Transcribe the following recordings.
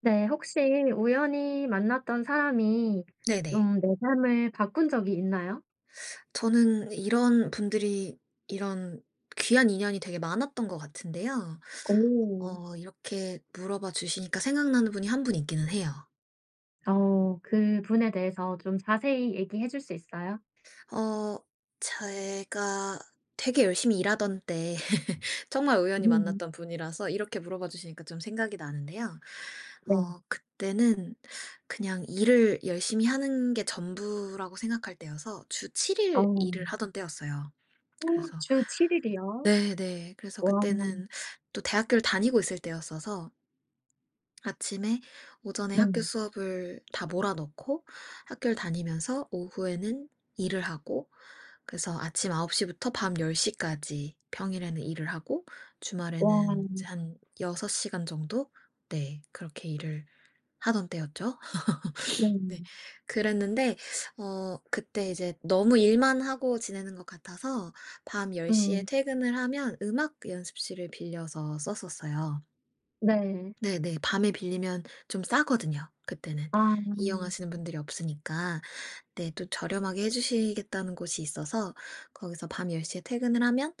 네. 혹시 우연히 만났던 사람이 네네. 좀 내 삶을 바꾼 적이 있나요? 저는 이런 분들이 이런 귀한 인연이 되게 많았던 것 같은데요. 오. 이렇게 물어봐 주시니까 생각나는 분이 한 분 있기는 해요. 어. 그분에 대해서 좀 자세히 얘기해 줄 수 있어요? 어 제가 되게 열심히 일하던 때 정말 우연히 음. 만났던 분이라서 이렇게 물어봐 주시니까 좀 생각이 나는데요. 네. 그때는 그냥 일을 열심히 하는 게 전부라고 생각할 때여서 주 7 어. 일 일을 하던 때였어요. 어, 그래서 주7일 일이요? 네네. 그래서 와. 그때는 또 대학교를 다니고 있을 때였어서 아침에 오전에 네. 학교 수업을 다 몰아넣고 학교를 다니면서 오후에는 일을 하고, 그래서 아침 9홉시 부터 밤1 0 까지 평일에는 일을 하고 와. 주말에는 이제 한 6 시간 정도. 네, 그렇게 일을 하던 때였죠. 네. 네. 그랬는데 그때 이제 너무 일만 하고 지내는 것 같아서 밤1 0에 음. 퇴근을 하면 음악 연습실을 빌려서 썼었어요. 네. 네네. 밤에 빌리면 좀 싸거든요 그때는. 아. 이용하시는 분들이 없으니까. 네. 또 저렴하게 해 주시겠다는 곳이 있어서 거기서 밤 10 시에 퇴근을 하면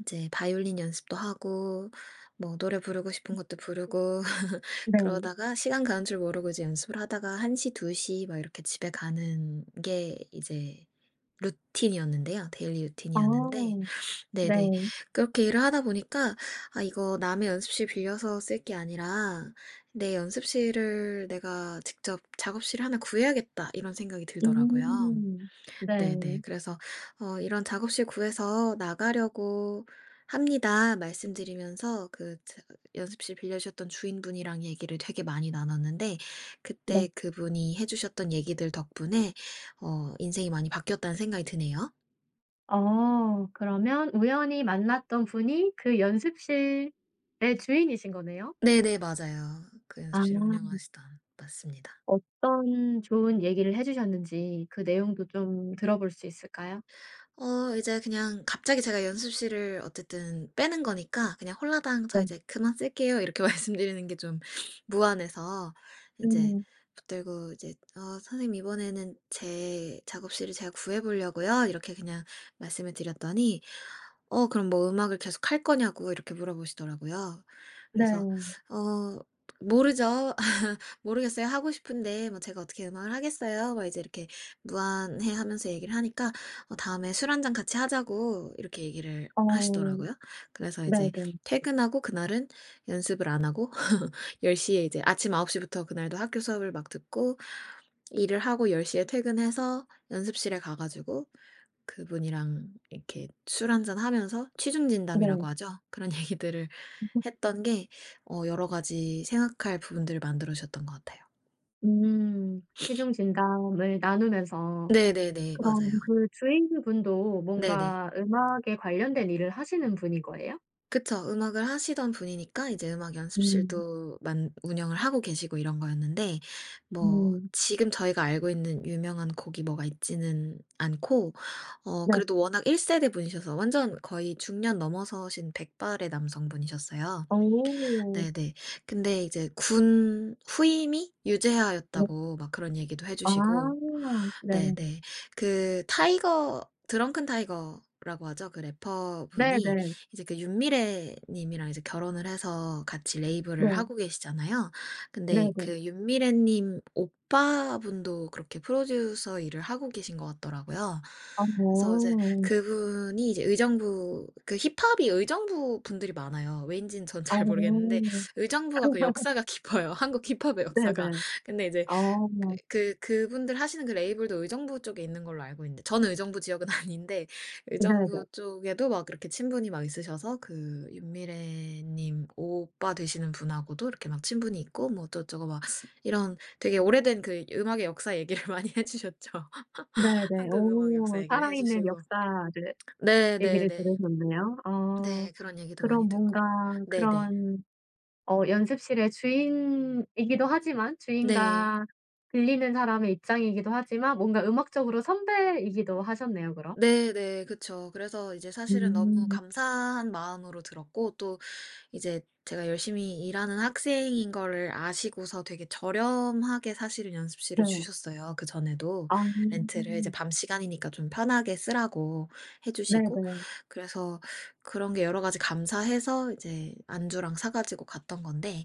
이제 바이올린 연습도 하고 뭐 노래 부르고 싶은 것도 부르고 네. 그러다가 시간 가는 줄 모르고 이제 연습을 하다가 1 시, 2시 막 이렇게 집에 가는 게 이제 루틴이었는데요. 데일리 루틴이었는데. 어. 네. 네네. 그렇게 일을 하다 보니까 '아, 이거 남의 연습실 빌려서 쓸 게 아니라 내 연습실을 내가 직접 작업실 하나 구해야겠다.' 이런 생각이 들더라고요. 음. 네. 네네. 그래서 "이런 작업실 구해서 나가려고 합니다." 말씀드리면서 연습실 빌려주셨던 주인분이랑 얘기를 되게 많이 나눴는데, 그때 네. 그분이 해 주셨던 얘기들 덕분에 인생이 많이 바뀌었다는 생각이 드네요. 어. 그러면 우연히 만났던 분이 그 연습실의 주인이신 거네요? 네네. 맞아요. 그 연습실을 아. 운영하시던. 맞습니다. 어떤 좋은 얘기를 해 주셨는지 그 내용도 좀 들어볼 수 있을까요? 이제 그냥 갑자기 제가 연습실을 어쨌든 빼는 거니까 그냥 홀라당 네. "저 이제 그만 쓸게요." 이렇게 말씀드리는 게 좀 무안해서 이제 음. 붙들고 이제 "어 선생님, 이번에는 제 작업실을 제가 구해 보려고요." 이렇게 그냥 말씀을 드렸더니 "어 그럼 뭐 음악을 계속 할 거냐?"고 이렇게 물어보시더라고요. 그래서 네. "어 모르죠. 모르겠어요. 하고 싶은데 뭐 제가 어떻게 음악을 하겠어요." 막 이제 이렇게 무안해하면서 얘기를 하니까 다음에 "술 한잔 같이 하자고." 이렇게 얘기를 어. 하시더라고요. 그래서 이제 네네. 퇴근하고 그날은 연습을 안 하고 1 0에 이제 아침 9홉시 부터 그날도 학교 수업을 막 듣고 일을 하고 1 0에 퇴근해서 연습실에 가 가지고 그분이랑 이렇게 술 한잔 하면서, 취중 진담이라고 네. 하죠, 그런 얘기들을 했던 게 여러 가지 생각할 부분들을 만들어 주셨던 것 같아요. 음. 체중 진담을 나누면서 네네네. 그럼 맞아요. 그 주인분도 네네. 뭔가 음악에 관련된 일을 하시는 분인 거예요? 그쵸. 음악을 하시던 분이니까 이제 음악 음. 연습실도 만 운영을 하고 계시고 이런 거였는데, 뭐 음. 지금 저희가 알고 있는 유명한 곡이 뭐가 있지는 않고 네. 그래도 워낙 1 세대 분이셔서 완전 거의 중년 넘어서신 백발의 남성분이셨어요. 어. 네네. 근데 이제 군 후임이 네. 유재하였다고 막 그런 얘기도 해 주시고. 아. 네. 네네. 그 타이거, 드렁큰 타이거라고 하죠, 그 래퍼분이 네네. 이제 그 윤미래 님이랑 이제 결혼을 해서 같이 레이블을 네. 하고 계시잖아요. 근데 네네. 그 윤미래 님 오빠분도 그렇게 프로듀서 일을 하고 계신 것 같더라고요. 아 그래서 이제 어. 그분이 이제 의정부, 그 힙합이 의정부 분들이 많아요. 왜인지는 전 아 잘 모르겠는데, 어. 의정부가 그 역사가 깊어요. 한국 힙합의 역사가. 네네. 근데 이제 어. 그분들 하시는 그 레이블도 의정부 쪽에 있는 걸로 알고 있는데, 저는 의정부 지역은 아닌데, 의정부 네네. 쪽에도 막 이렇게 친분이 막 있으셔서, 그, 윤미래님 오빠 되시는 분하고도 이렇게 막 친분이 있고, 뭐 어쩌고저쩌고 막, 이런 되게 오래된 그 음악의 역사 얘기를 많이 해주셨죠. 네네. 한국 음악 역사 어 얘기를 살아있는 해주시고. 역사를 얘기를 네네네. 들으셨네요. 어 네, 그런 얘기도 많이 그럼 뭔가 듣고. 네네. 그런 어 연습실의 주인이기도 하지만 네. 주인과 빌리는 사람의 입장이기도 하지만 뭔가 음악적으로 선배이기도 하셨네요 그럼. 네네. 그쵸. 그래서 이제 사실은 너무 음. 감사한 마음으로 들었고, 또 이제 제가 열심히 일하는 학생인 거를 아시고서 되게 저렴하게 사실은 네. 연습실을 주셨어요. 그전에도 아. 렌트를 이제 밤 시간이니까 좀 편하게 쓰라고 해 네네. 주시고, 그래서 그런 게 여러 가지 감사해서 이제 안주랑 사 가지고 갔던 건데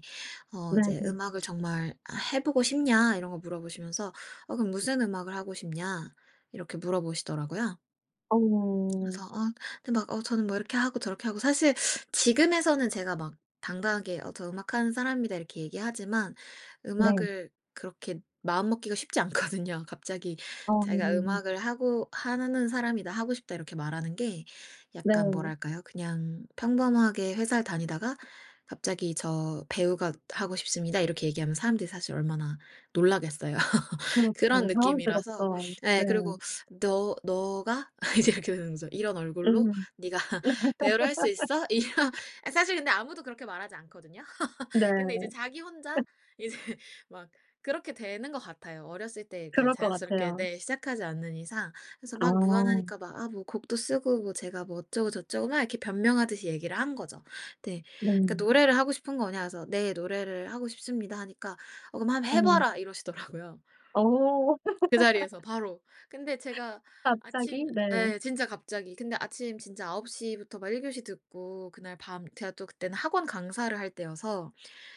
이제 네네. "음악을 정말 해 보고 싶냐?" 이런 거 물어보시면서 "어 그럼 무슨 음악을 하고 싶냐?" 이렇게 물어보시더라고요. 어. 그래서 근데 막 저는 뭐 이렇게 하고 저렇게 하고, 사실 지금에서는 제가 막 당당하게 "어 저 음악하는 사람입니다." 이렇게 얘기하지만, 네. 음악을 그렇게 마음 먹기가 쉽지 않거든요. 갑자기 어. 자기가 "음악을 하고, 하는 사람이다. 하고 싶다." 이렇게 말하는 게 약간 네. 뭐랄까요? 그냥 평범하게 회사를 다니다가 갑자기 "저 배우가 하고 싶습니다." 이렇게 얘기하면 사람들이 사실 얼마나 놀라겠어요. 그런 그렇죠. 느낌이라서. 당황스럽죠. 예. 네. 그리고 "너 너가?" 이제 이렇게 되는 거죠. "이런 얼굴로 음. 네가 배우를 할 수 있어?" 이런. 아, 사실 근데 아무도 그렇게 말하지 않거든요. 네. 근데 이제 자기 혼자 이제 막 그렇게 되는 것 같아요. 어렸을 때 이렇게 그럴 것 자연스럽게, 같아요. 네, 시작하지 않는 이상. 그래서 막 아. 무안하니까 막 아 뭐 곡도 쓰고 뭐 제가 뭐 어쩌고 저쩌고 막 이렇게 변명하듯이 얘기를 한 거죠. 네. 네. 그러니까 "노래를 하고 싶은 거냐?" 그래서 "네 노래를 하고 싶습니다." 하니까 "어 그럼 한번 해 어. 봐라." 이러시더라고요. 어. 그 자리에서 바로. 근데 제가 갑자기? 아침, 네. 예 진짜 갑자기. 근데 아침 진짜 9홉시 부터 막 1 교시 듣고, 그날 밤 제가 또 그때는 학원 강사를 할 때여서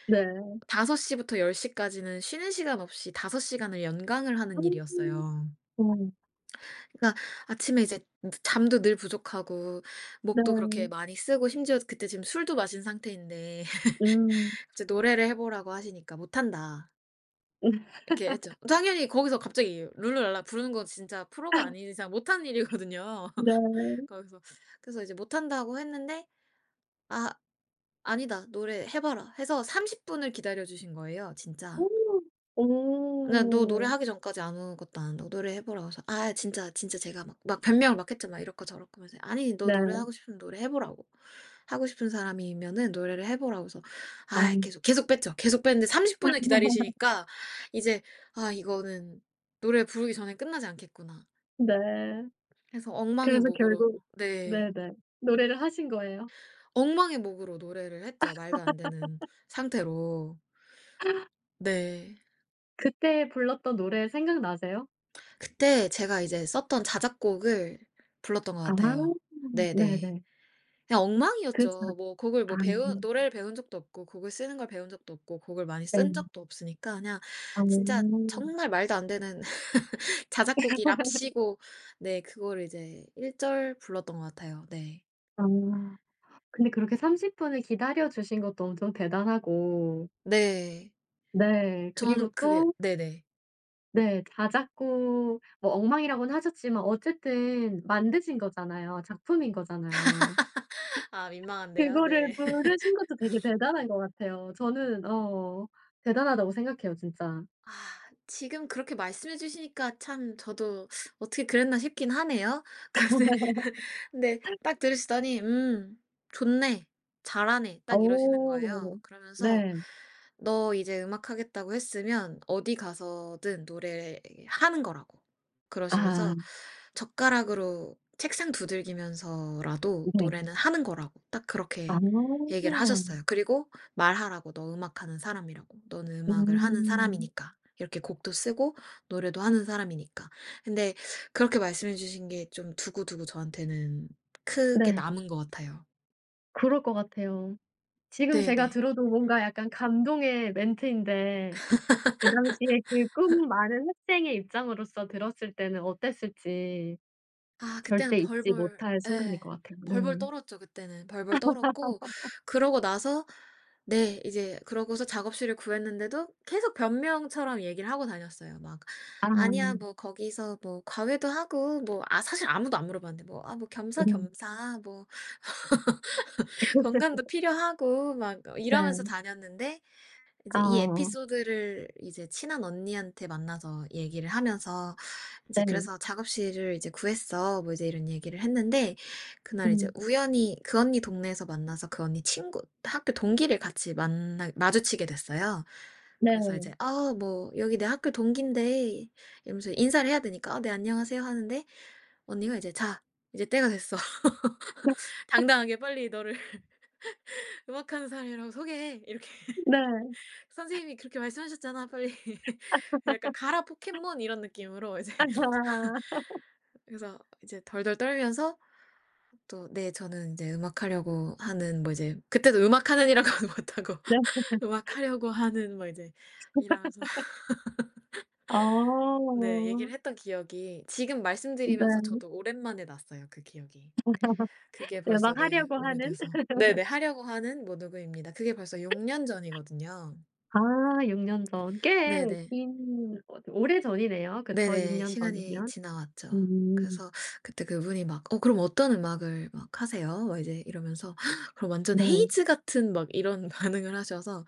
네. 5섯시 부터 1 0 까지는 쉬는 시간 없이 5 시간을 연강을 하는 음. 일이었어요. 어. 그러니까 아침에 이제 잠도 늘 부족하고 목도 그렇게 네. 많이 쓰고, 심지어 그때 지금 술도 마신 상태인데 음. 이제 "노래를 해 보라고 하시니까 못 한다." 이렇게 했죠. 당연히 거기서 갑자기 룰루랄라 부르는 건 진짜 프로가 아닌 이상 못 하는 일이거든요. 네. 거기서. 그래서 이제 못한다고 했는데 "아 아니다. 노래 해 봐라." 해서 30 분을 기다려 주신 거예요 어. 진짜. "나 너 오. 노래하기 전까지 아무것도 안 한다고. 노래해 보라고." 해서 "아 진짜, 진짜." 제가 막 막 변명을 막 했죠. 막 이렇고 저렇고 하면서, "아니 너 네. 노래하고 싶으면 노래해 보라고. 하고 싶은 사람이면은 노래를 해 보라고." 해서 아. 아 계속, 계속 뺐죠. 계속 뺐는데 30 분을 기다리시니까 이제 '아 이거는 노래 부르기 전에 끝나지 않겠구나.' 네. 해서 엉망의 그래서 결국 목으로. 네. 네네. 노래를 하신 거예요? 엉망의 목으로 노래를 했죠. 말도 안 되는 상태로. 네. 그때 불렀던 노래 생각나세요? 그때 제가 이제 썼던 자작곡을 불렀던 것 아. 같아요. 네네. 네네. 그냥 그 자 엉망이었죠. 뭐 곡을 아. 뭐 배운, 노래를 배운 적도 없고 곡을 쓰는 걸 배운 적도 없고 곡을 많이 네. 쓴 적도 없으니까, 그냥 아. 진짜 정말 말도 안 되는 자작곡이랍시고 네 그거를 이제 1절 불렀던 것 같아요. 네. 아. 근데 그렇게 30 분을 기다려 주신 것도 엄청 대단하고 네. 네. 저는 그리고 그게 또 네네. 네. 자작곡 뭐 엉망이라고는 하셨지만 어쨌든 만드신 거잖아요. 작품인 거잖아요. 아 민망한데요. 그거를 네. 부르신 것도 되게 대단한 것 같아요. 저는 어 대단하다고 생각해요 진짜. 아 지금 그렇게 말씀해 주시니까 참 저도 '어떻게 그랬나.' 싶긴 하네요. 근데 근데 딱 들으시더니 좋네. 잘하네." 딱 이러시는 어. 거예요. 그러면서 네. "너 이제 음악 하겠다고 했으면 어디 가서든 노래 하는 거라고." 아. 그러시면서 젓가락으로 책상 두들기면서라도 네. 노래는 하는 거라고 딱 아. 그렇게 얘기를 하셨어요. 그리고 말하라고, "너 음악하는 사람이라고. 너는 음악을 하는 음. 사람이니까. 이렇게 곡도 쓰고 노래도 하는 사람이니까." 근데 그렇게 말씀해 주신 게 좀 두고두고 저한테는 크게 네. 남은 것 같아요. 그럴 것 같아요. 지금 제가 네네. 들어도 뭔가 약간 감동의 멘트인데 그 당시에 그 꿈 많은 학생의 입장으로서 들었을 때는 어땠을지 아 그때는 절대 잊지 벌벌. 못할 순간일 예. 것 같아요. 벌벌 네. 떨었죠 그때는. 벌벌 떨었고, 그러고 나서 네 이제 그러고서 작업실을 구했는데도 계속 변명처럼 얘기를 하고 다녔어요. 막 "아니야 아. 뭐 거기서 뭐 과외도 하고" 뭐, 아 사실 아무도 안 물어봤는데 뭐 "아 뭐 음. 겸사겸사 뭐 건강도 필요하고" 막 어, 네. 이러면서 다녔는데 이제 이 아. 에피소드를 이제 친한 언니한테 만나서 얘기를 하면서 이제, 네. 그래서 작업실을 이제 구했어, 뭐 이제 이런 얘기를 했는데 그날 이제 음. 우연히 그 언니 동네에서 만나서 그 언니 친구 학교 동기를 같이 만나 마주치게 됐어요. 네. 그래서 이제 아, 뭐 여기 내 학교 동기인데, 이러면서 인사를 해야 되니까 아, 네 안녕하세요 하는데 언니가 이제 자, 이제 때가 됐어. 당당하게 빨리 너를 음악하는 사람이라고 소개해, 이렇게 네. 선생님이 그렇게 말씀하셨잖아, 빨리 약간 가라 포켓몬 이런 느낌으로 이제 아. 그래서 이제 덜덜 떨면서 또 네 저는 인제 음악하려고 하는 뭐 이제, 그때도 음악하는이라고는 못하고 네. 음악하려고 하는 뭐 이제, 이러면서 네 어. 얘기를 했던 기억이 지금 말씀드리면서 네. 저도 오랜만에 났어요 그 기억이. 그게 네 벌써 막 네 하려고 하는. 오래돼서 네네 하려고 하는 뭐 누구입니다. 그게 벌써 6년 전이거든요. 아 6년 전. 꽤 네네. 긴 어 오래전이네요. 그쵸? 6 네네. 년 시간이 전이면. 지나왔죠. 음. 그래서 그때 그분이 막 "어 그럼 어떤 음악을 막 하세요?" 막 이제 이러면서 그럼 완전 네. 헤이즈 같은 막 이런 반응을 하셔서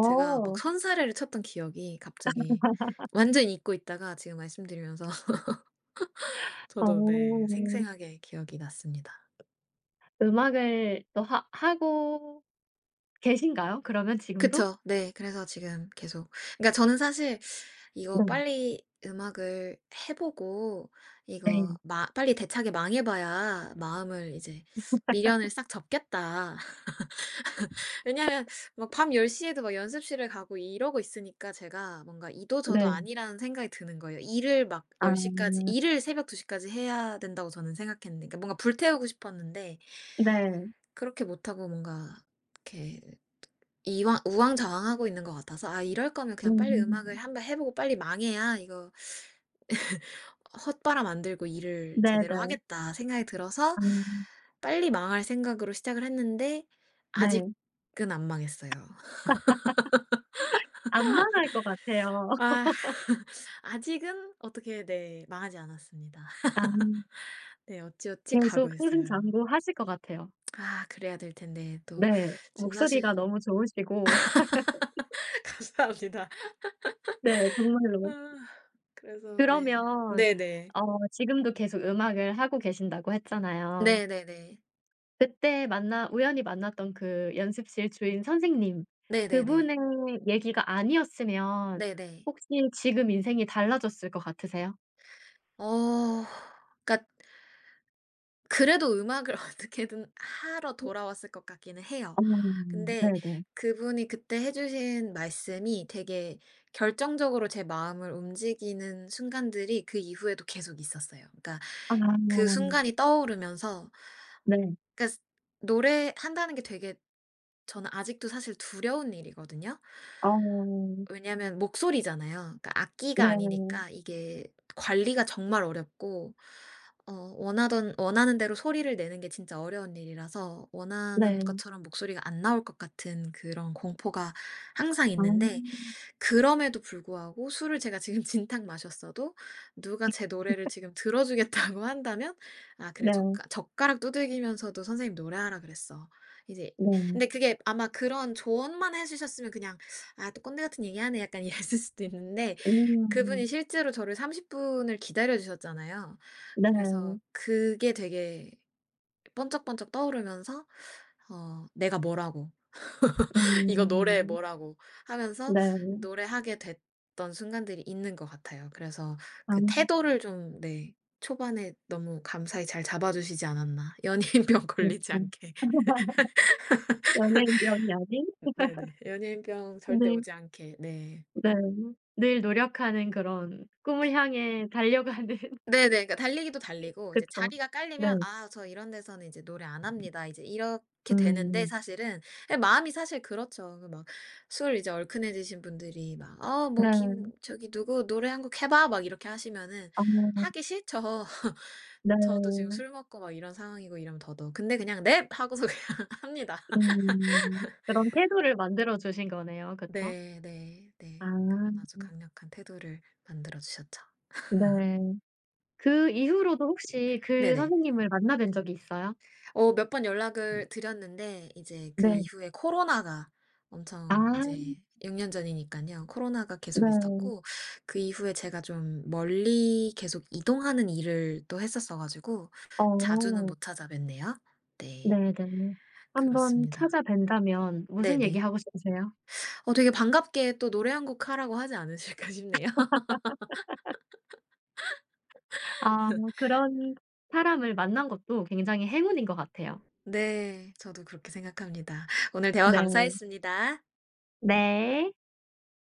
제가 막 선사례를 쳤던 기억이 갑자기 완전히 잊고 있다가 지금 말씀드리면서 저도 네 어. 생생하게 기억이 났습니다. 음악을 또 하 하고 계신가요? 그러면 지금도? 그쵸. 네. 그래서 지금 계속, 그러니까 저는 사실 이거 네. 빨리 음악을 해 보고 이거 네. 마 빨리 대차게 망해봐야 마음을, 이제 미련을 싹 접겠다. 왜냐면 막 밤1 0 에도 막 연습실을 가고 이러고 있으니까 제가 뭔가 이도 저도 네. 아니라는 생각이 드는 거예요. 일을 막 아. 1 0 까지 일을, 새벽 2시 까지 해야 된다고 저는 생각했는데, 그러니까 뭔가 불태우고 싶었는데 네. 그렇게 못하고 뭔가 이렇게 이왕 우왕좌왕하고 있는 것 같아서 '아 이럴 거면 그냥 빨리 음악을 음. 한번 해 보고 빨리 망해야 이거 헛바람 안 들고 일을 제대로 네네. 하겠다' 생각이 들어서 아. 빨리 망할 생각으로 시작을 했는데 네. 아직은 안 망했어요. 안 망할 것 같아요. 아 아직은 어떻게, 네, 망하지 않았습니다. 아. 네 어찌어찌 가고 계속 있어요. 승승장구하실 것 같아요. 아 그래야 될 텐데. 또 네. 지금 목소리가 사실 너무 좋으시고 감사합니다. 네 아 정말로. 그래서 네. 그러면 네네. 어 지금도 계속 음악을 하고 계신다고 했잖아요. 네네네. 그때 만나 우연히 만났던 그 연습실 주인 선생님 네네네. 그분의 얘기가 아니었으면 네네. 혹시 지금 인생이 달라졌을 것 같으세요? 어. 그러니까 그래도 음악을 어떻게든 하러 음. 돌아왔을 것 같기는 해요. 어. 근데 네네. 그분이 그때 해 주신 말씀이 되게 결정적으로 제 마음을 움직이는 순간들이 그 이후에도 계속 있었어요. 그러니까 아. 그 순간이 떠오르면서, 네. 그러니까 노래한다는 게 되게, 저는 아직도 사실 두려운 일이거든요. 어. 왜냐면 목소리잖아요. 그러니까 악기가 네. 아니니까 이게 관리가 정말 어렵고 어 원하던 원하는 대로 소리를 내는 게 진짜 어려운 일이라서 원하는 네. 것처럼 목소리가 안 나올 것 같은 그런 공포가 항상 아. 있는데, 그럼에도 불구하고 술을 제가 지금 진탕 마셨어도 누가 제 노래를 지금 들어 주겠다고 한다면 '아 그래 네. 젓가락 두들기면서도 선생님 노래하라 그랬어.' 이제. 네. 근데 그게 아마 그런 조언만 해 주셨으면 그냥 '아 또 꼰대 같은 얘기하네.' 약간 이랬을 수도 있는데 그분이 음. 실제로 저를 30 분을 기다려 주셨잖아요. 네. 그래서 그게 되게 번쩍번쩍 떠오르면서 '내가 뭐라고. 이거 노래 음. 뭐라고.' 하면서 네. 노래하게 됐던 순간들이 있는 것 같아요. 그래서 아. 그 태도를 좀, 네, 초반에 너무 감사히 잘 잡아 주시지 않았나. 연예인병 걸리지 그렇죠. 않게. 연예인 경이 아닌? 네네. 연예인병 절대 네. 오지 않게. 네. 네. 늘 노력하는 그런 꿈을 향해 달려가는 네네. 그러니까 달리기도 달리고 이제 그쵸. 자리가 네. 깔리면 '아 저 이런 데서는 이제 노래 안 합니다.' 이제 이렇게 되는데 음. 사실은, 예, 마음이 사실 그렇죠. 그 막 술 이제 얼큰해지신 분들이 막 "어 뭐 네. 김 저기 누구 노래 한 곡 해 봐." 막 이렇게 하시면은 아. 하기 싫죠. 네. 저도 지금 술 먹고 막 이런 상황이고 이러면 더더욱. 근데 그냥 "넵." 하고서 그냥 합니다. 음. 그런 태도를 만들어 주신 거네요. 그쵸? 네네 네. 그런 아. 아주 강력한 태도를 만들어 주셨죠. 네. 그 이후로도 혹시 그 네네. 선생님을 만나 뵌 적이 있어요? 몇 번 연락을 드렸는데 이제 그 네. 이후에 코로나가 아. 엄청 이제, 6년 전이니깐요. 코로나가 계속 네. 있었고 그 이후에 제가 좀 멀리 계속 이동하는 일을 또 했었어 가지고 자주는 어. 못 찾아뵀네요. 네. 네네. 한번 그렇습니다. 찾아 뵌다면 무슨 얘기 네네. 하고 싶으세요? 되게 반갑게 또 "노래 한 곡 하라"고 하지 않으실까 싶네요. 아 그런 사람을 만난 것도 굉장히 행운인 것 같아요. 네. 저도 그렇게 생각합니다. 오늘 대화 네. 감사했습니다. 네.